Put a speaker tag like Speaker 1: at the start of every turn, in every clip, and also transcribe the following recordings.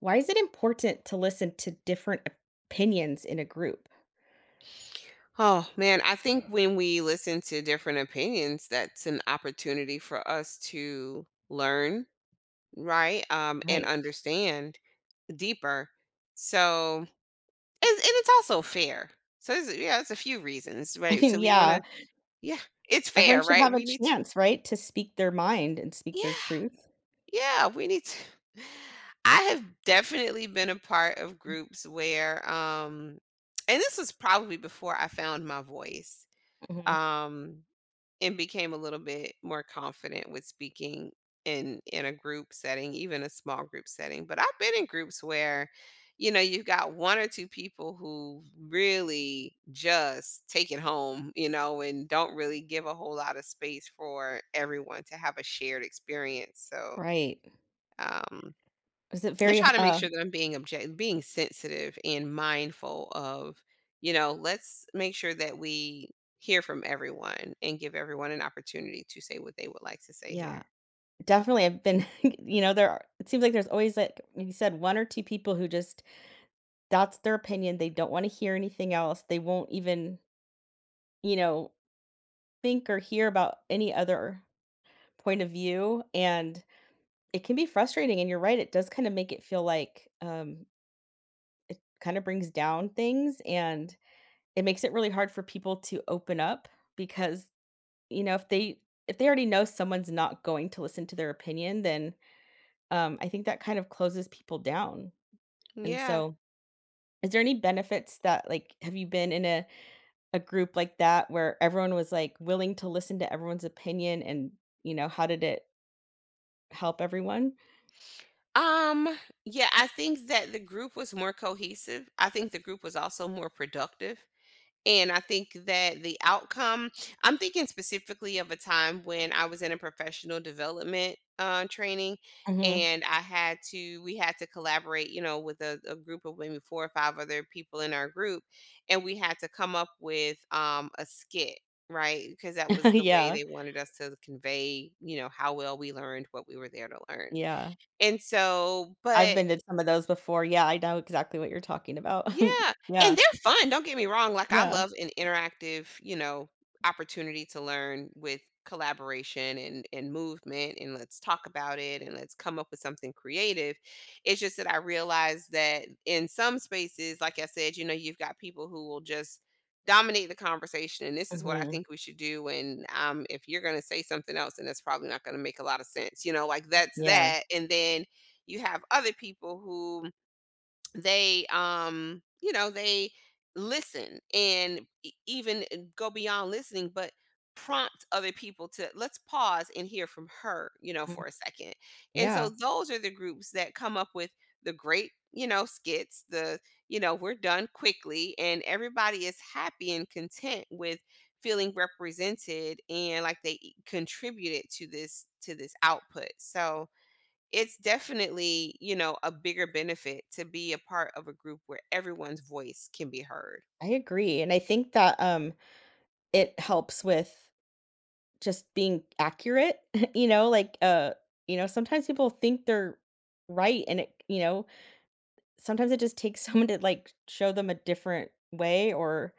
Speaker 1: Why is it important to listen to different opinions in a group?
Speaker 2: Oh man, I think when we listen to different opinions, that's an opportunity for us to learn, right? And
Speaker 1: Right.
Speaker 2: understand deeper. So, and It's also fair. So, it's a few reasons,
Speaker 1: I
Speaker 2: right? So
Speaker 1: mean,
Speaker 2: we want
Speaker 1: yeah,
Speaker 2: to, yeah, it's
Speaker 1: everyone
Speaker 2: fair,
Speaker 1: should
Speaker 2: right?
Speaker 1: have a
Speaker 2: We need to,
Speaker 1: chance, right, to speak their mind and speak their
Speaker 2: yeah,
Speaker 1: truth.
Speaker 2: yeah, we need to. I have definitely been a part of
Speaker 1: Mm.
Speaker 2: groups where, and this was probably before I found my voice.
Speaker 1: Mhm.
Speaker 2: Um, and became a little bit more confident with speaking in a group setting, even a small group setting. But I've been in groups where, you've got one or two people who really just take it home. And don't really give a whole lot of space for everyone to have a shared experience. So,
Speaker 1: Right.
Speaker 2: um
Speaker 1: Is it
Speaker 2: I
Speaker 1: very h
Speaker 2: try to make sure that I'm being object being sensitive and mindful of, you know, let's make sure that we hear from everyone and give everyone an opportunity to say what they would like to say
Speaker 1: Yeah,
Speaker 2: here.
Speaker 1: definitely I've been, there are it seems like there's always, like you said, one or two people who just, that's their opinion, they don't wanna hear anything else, they won't even, you know, think or hear about any other point of view, and it can be frustrating, and you're right, it does kinda make it feel like, it kinda brings down things, and it makes it really hard for people to open up because, you know, if they already know someone's not going to listen to their opinion. Then, I think that kind of closes people down, and
Speaker 2: Yeah.
Speaker 1: so is there any benefits that, like, have you been in a group like that where everyone was, like, willing to listen to everyone's opinion and, you know, how did it help everyone?
Speaker 2: Um, yeah, I think that the group was more cohesive. I think the group was also more productive, and I think that the outcome, I'm thinking specifically of a time when I was in a professional development training,
Speaker 1: Mhm.
Speaker 2: and we had to collaborate, you know, with a group of maybe four or five other people in our group. And we had to come up with a skit, right? Because that was the way
Speaker 1: Yeah,
Speaker 2: they wanted us to convey, you know, how well we learned what we were there to learn.
Speaker 1: yeah.
Speaker 2: And so,
Speaker 1: I've
Speaker 2: but
Speaker 1: been to some of those before, yeah, I know exactly what you're talking about.
Speaker 2: Yeah,
Speaker 1: Yeah,
Speaker 2: and they're fun, don't get me wrong, like, I
Speaker 1: yeah.
Speaker 2: love an interactive, you know, opportunity to learn with collaboration and movement, and let's talk about it, and let's come up with something creative. It's just that I realize that in some spaces, like I said, you know, you've got people who will just dominate the conversation, and this is what I
Speaker 1: Mhm,
Speaker 2: think we should do, and, if you're gonna say something else, and that's probably not gonna make a lot of sense, you know, like, that's
Speaker 1: yeah,
Speaker 2: that. And then you have other people who they you know they listen and even go beyond listening, but prompt other people to, let's pause and hear from her, you know,
Speaker 1: mm,
Speaker 2: for a second. And
Speaker 1: yeah,
Speaker 2: so those are the groups that come up with the great, you know, skits, the, you know, we're done quickly and everybody is happy and content with feeling represented and like they contributed to this output. So it's definitely, you know, a bigger benefit to be a part of a group where everyone's voice can be heard.
Speaker 1: I agree, and I think that, it helps with just being accurate. you know, like, uh, Sometimes people think they're right and, it, sometimes it just takes someone to like show them a different way, or,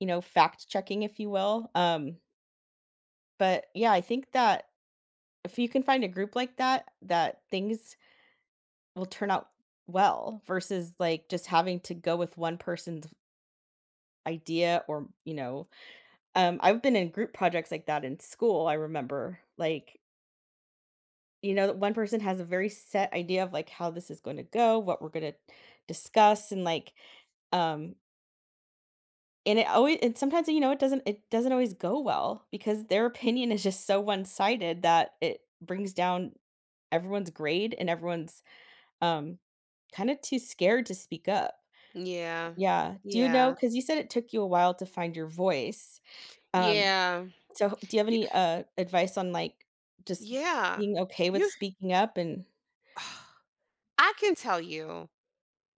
Speaker 1: fact checking, if you will. But yeah, I think that if you can find a group like that, that things will turn out well, versus like just having to go with one person's idea. Or, I've been in group projects like that in school. I remember, like, one person has a very set idea of, like, how this is going to go, what we're going to discuss, and like, um, and it always, and sometimes, you know, it doesn't always go well because their opinion is just so one sided that it brings down everyone's grade, and everyone's um kind of too scared to speak up.
Speaker 2: Yeah.
Speaker 1: Yeah. Do you know,
Speaker 2: Yeah.
Speaker 1: cuz you said it took you a while to find your voice. Um
Speaker 2: Yeah.
Speaker 1: so do you have
Speaker 2: Y-
Speaker 1: any advice on like just
Speaker 2: Yeah.
Speaker 1: being okay with
Speaker 2: You
Speaker 1: speaking up, and
Speaker 2: I can tell you,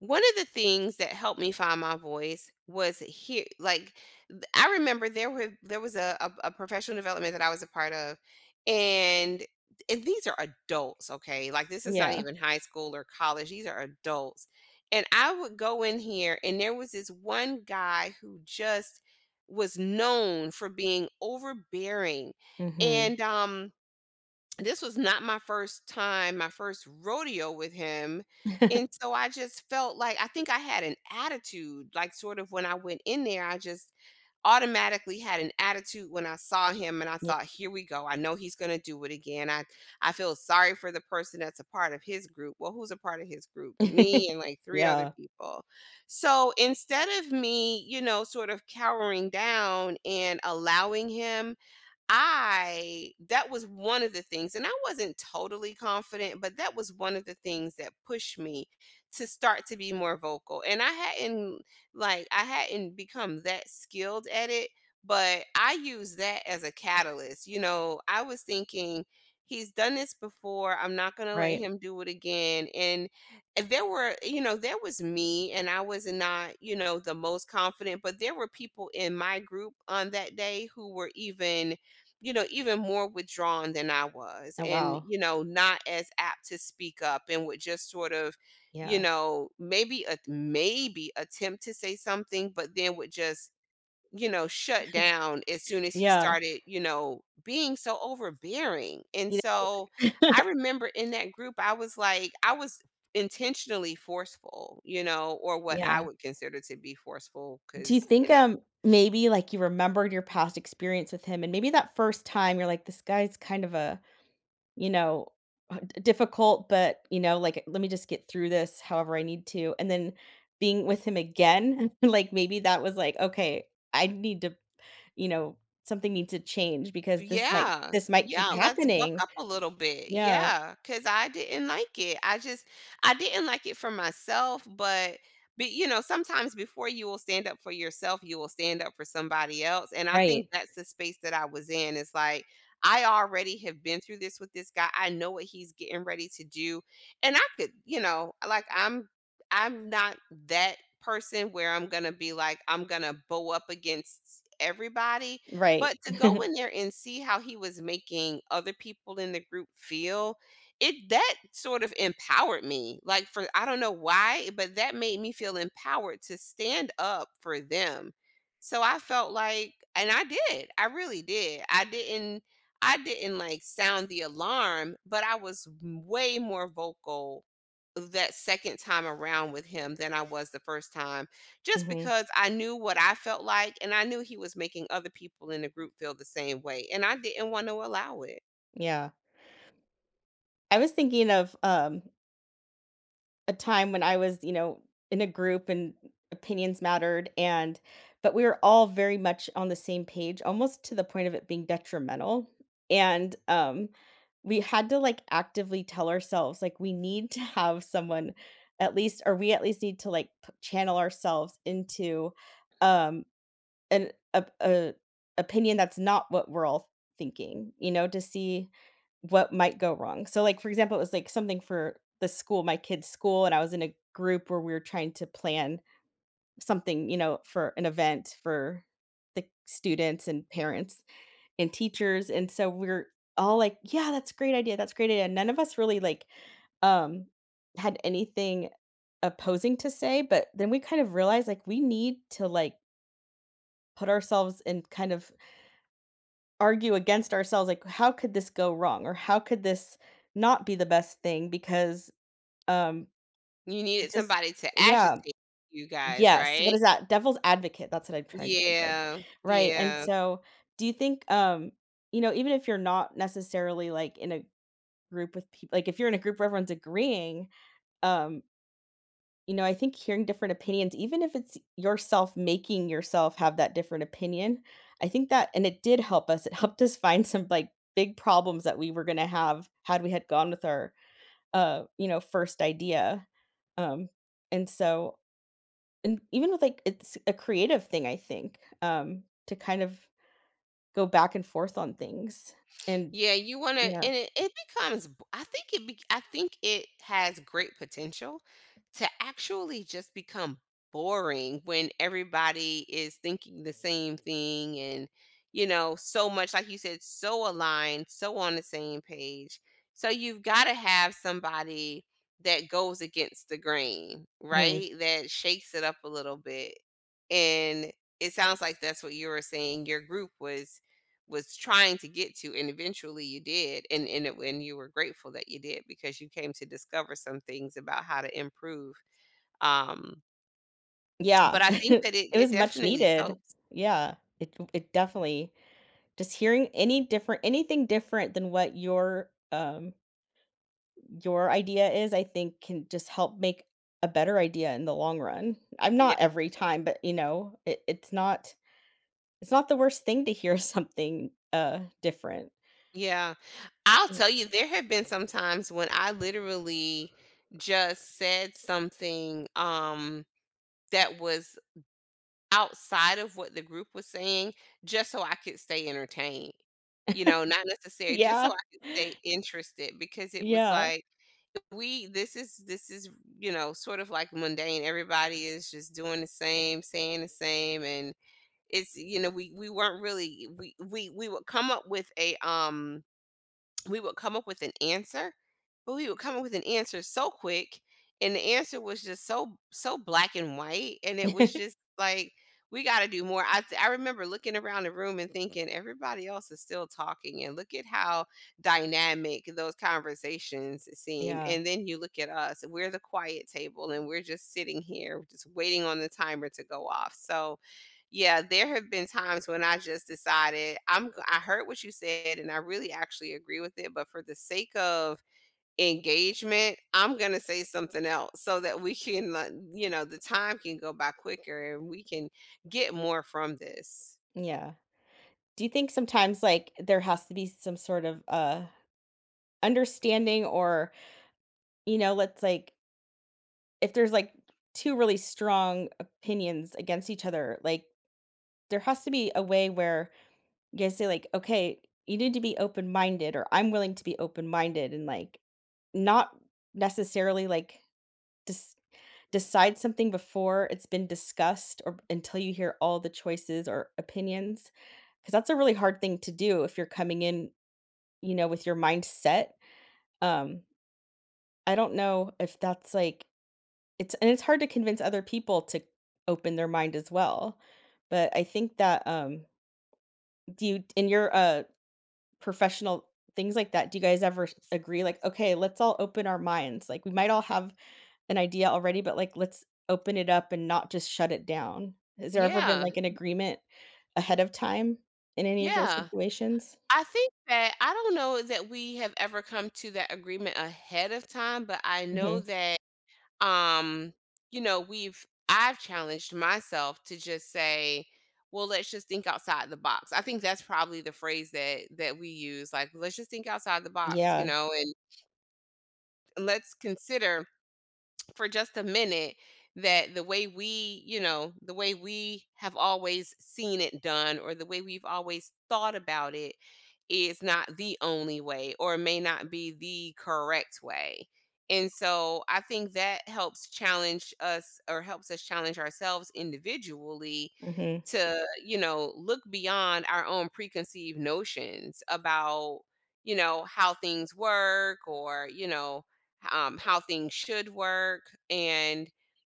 Speaker 2: one of the things that helped me find my voice was here like, th I remember there were there was a professional development that I was a part of, and and these are adults, okay? Like, this is not
Speaker 1: yeah.
Speaker 2: even high school or college, these are adults, and I would go in here, and there was this one guy who just was known for being overbearing,
Speaker 1: Mhm.
Speaker 2: and, um this was not my first time, my first rodeo with him, and so I just felt like I think I had an attitude, like, sort of when I went in there, I just automatically had an attitude when I saw him, and I
Speaker 1: Yeah.
Speaker 2: thought, "Here we go, I know he's gonna do it again." I feel sorry for the person that's a part of his group. Well, who's a part of his group? Me and, like, 3 other
Speaker 1: Yeah,
Speaker 2: people. So, instead of me, you know, sort of cowering down and allowing him I that was one of the things, and I wasn't totally confident, but that was one of the things that pushed me to start to be more vocal. And I hadn't, like, I hadn't become that skilled at it, but I used that as a catalyst. You know, I was thinking, he's done this before. I'm not going to let
Speaker 1: right.
Speaker 2: him do it again. And there were, you know, there was me and I was not, you know, the most confident, but there were people in my group on that day who were even more withdrawn than I was
Speaker 1: Oh,
Speaker 2: and,
Speaker 1: wow.
Speaker 2: you know, not as apt to speak up and would just sort of, you
Speaker 1: Yeah.
Speaker 2: know, maybe attempt to say something, but then would just, you know, shut down as soon as he
Speaker 1: Yeah.
Speaker 2: started, you know, being so overbearing. And
Speaker 1: You
Speaker 2: so
Speaker 1: know.
Speaker 2: I remember in that group, I was intentionally forceful, you know, or what I
Speaker 1: Yeah.
Speaker 2: would consider to be forceful,
Speaker 1: Do you
Speaker 2: because, you
Speaker 1: think,
Speaker 2: know,
Speaker 1: maybe, like, you remembered your past experience with him, and maybe that first time you're like, "This guy's kind of a, you know, d difficult, but, like, let me just get through this however I need to," and then being with him again, like, maybe that was like, "Okay, I need to, you know, something needs to change because
Speaker 2: yeah,
Speaker 1: this might keep
Speaker 2: yeah, let's buck
Speaker 1: happening."
Speaker 2: up a little bit.
Speaker 1: Yeah.
Speaker 2: Yeah, cause I didn't like it. I just, I didn't like it for myself, but you know, sometimes before you will stand up for yourself, you will stand up for somebody else, and I think
Speaker 1: Right.
Speaker 2: that's the space that I was in. It's like I already have been through this with this guy. I know what he's getting ready to do, and I could, you know, like I'm not that person where I'm gonna be like I'm gonna bow up against everybody.
Speaker 1: Right.
Speaker 2: But to go in there and see how he was making other people in the group feel, it that sort of empowered me. Like for I don't know why, but that made me feel empowered to stand up for them. So I felt like, and I did. I really did. I didn't like sound the alarm, but I was way more vocal that second time around with him than I was the first time, just
Speaker 1: Mhm.
Speaker 2: because I knew what I felt like and I knew he was making other people in the group feel the same way. And I didn't want to allow it.
Speaker 1: Yeah. I was thinking of, a time when I was, in a group, and opinions mattered, and but we were all very much on the same page, almost to the point of it being detrimental, and, we had to, like, actively tell ourselves, like, we need to have someone at least, or we at least need to, like, p channel ourselves into, um An op a opinion that's not what we're all thinking, to see what might go wrong. So, like, for example, it was, like, something for the school, my kids' school, and I was in a group where we were trying to plan something, for an event for the students and parents and teachers, and so we're all like, "Yeah, that's a great idea, that's a great idea." None of us really, like, um, had anything opposing to say, but then we kind of realized, like, we need to, like, put ourselves in, kind of argue against ourselves, like, "How could this go wrong?" or "How could this not be the best thing?" Because, um,
Speaker 2: You needed
Speaker 1: it's just,
Speaker 2: somebody to
Speaker 1: yeah.
Speaker 2: agitate you guys,
Speaker 1: Yes, what
Speaker 2: right?
Speaker 1: is that? Devil's advocate, that's what I'm trying to think of.
Speaker 2: Yeah.
Speaker 1: Right, and
Speaker 2: Yeah.
Speaker 1: so, do you think, even if you're not necessarily, like, in a group with people, like, if you're in a group where everyone's agreeing, um you know, I think hearing different opinions, even if it's yourself making yourself have that different opinion, I think that, and it did help us. It helped us find some, like, big problems that we were gonna have had we had gone with our first idea. Um, and so, and even with, like, it's a creative thing, I think, to kind of go back and forth on things. And
Speaker 2: Yeah, you want to,
Speaker 1: yeah.
Speaker 2: and it becomes. B- I think it. Be, I think it has great potential to actually just become boring when everybody is thinking the same thing, and you know, so much like you said, so aligned, so on the same page. So you've got to have somebody that goes against the grain,
Speaker 1: Mm-hmm.
Speaker 2: right? That shakes it up a little bit, and it sounds like that's what you were saying. Your group was trying to get to, and eventually you did, and you were grateful that you did because you came to discover some things about how to improve um
Speaker 1: Yeah.
Speaker 2: but I think that
Speaker 1: It
Speaker 2: it
Speaker 1: was much
Speaker 2: definitely
Speaker 1: needed.
Speaker 2: helps.
Speaker 1: Yeah. It definitely, just hearing any different, anything different than what your idea is, I think can just help make a better idea in the long run. I'm
Speaker 2: Yeah,
Speaker 1: not every time, but, it's not the worst thing to hear something, different.
Speaker 2: yeah, I'll
Speaker 1: Yeah.
Speaker 2: tell you, there have been some times when I literally just said something that was outside of what the group was saying, just so I could stay entertained. You know, not necessary, just so
Speaker 1: Yeah.
Speaker 2: I could stay interested, because it was like, we you know, sort of like mundane. Everybody is just doing the same, saying the same, and it's, you know, we weren't really we would come up with we would come up with an answer, but we would come up with an answer so quick, and the answer was just so so black and white, and it was
Speaker 1: Yeah.
Speaker 2: just like we got to do more. I remember looking around the room and thinking everybody else is still talking, and look at how dynamic those conversations seem.
Speaker 1: Yeah.
Speaker 2: And then you look at us, we're the quiet table, and we're just sitting here, just waiting on the timer to go off. So yeah, there have been times when I just decided I heard what you said, and I really actually agree with it, but for the sake of engagement, I'm gonna say something else so that we can, like, you know, the time can go by quicker and we can get more from this.
Speaker 1: Yeah. Do you think sometimes, like, there has to be some sort of, understanding, or, let's, like, if there's, like, two really strong opinions against each other, like, there has to be a way where you guys say, like, "Okay, you need to be open-minded," or "I'm willing to be open-minded," and, like, not necessarily, like, dec decide something before it's been discussed, or until you hear all the choices or opinions, because that's a really hard thing to do if you're coming in, with your mind set. Um, I don't know if that's, like, it's hard to convince other people to open their mind as well, but I think that, do you, in your, professional things like that, do you guys ever s agree, like, "Okay, let's all open our minds," like, we might all have an idea already, but, like, let's open it up and not just shut it down. Has there ever been,
Speaker 2: Yeah,
Speaker 1: like, an agreement ahead of time in any of your
Speaker 2: yeah.
Speaker 1: situations?
Speaker 2: I think that I don't know that we have ever come to that agreement ahead of time, but I know
Speaker 1: Mhm.
Speaker 2: that um you know we've I've challenged myself to just say, well, let's just think outside the box. I think that's probably the phrase that we use, like, let's just think outside the box, you
Speaker 1: Yeah.
Speaker 2: know, and let's consider for just a minute that the way we, you know, the way we have always seen it done or the way we've always thought about it is not the only way, or may not be the correct way. And so I think that helps challenge us or helps us challenge ourselves individually
Speaker 1: Mhm.
Speaker 2: to, you know, look beyond our own preconceived notions about, you know, how things work, or, you know, how things should work. And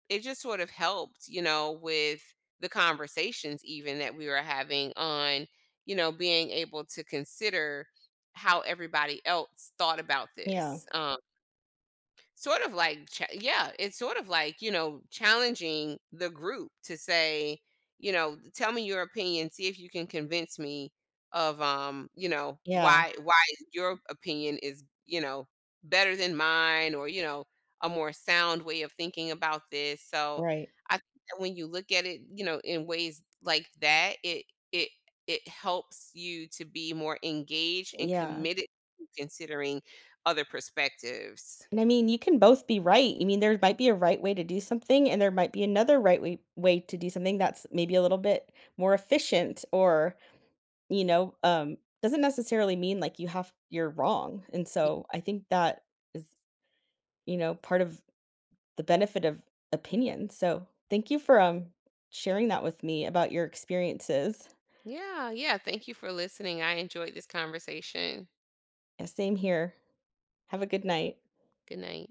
Speaker 2: it just sort of helped, you know, with the conversations even that we were having on, you know, being able to consider how everybody else thought about
Speaker 1: Yeah.
Speaker 2: this. Yeah, it's sort of like, you know, challenging the group to say, you know, tell me your opinion, see if you can convince me of, you know,
Speaker 1: Yeah.
Speaker 2: why your opinion is, you know, better than mine, or, you know, a more sound way of thinking about this. So
Speaker 1: Right.
Speaker 2: I think that when you look at it, you know, in ways like that, it it helps you to be more engaged and
Speaker 1: Yeah.
Speaker 2: committed to considering other perspectives.
Speaker 1: And I mean, you can both be right. I mean, there might be a right way to do something, and there might be another right way to do something that's maybe a little bit more efficient, or, you know, doesn't necessarily mean like you're wrong. And so I think that is, part of the benefit of opinion. So thank you for sharing that with me about your experiences.
Speaker 2: Yeah, yeah. Thank you for listening. I enjoyed this conversation.
Speaker 1: Yeah, same here. Have a good night.
Speaker 2: Good night.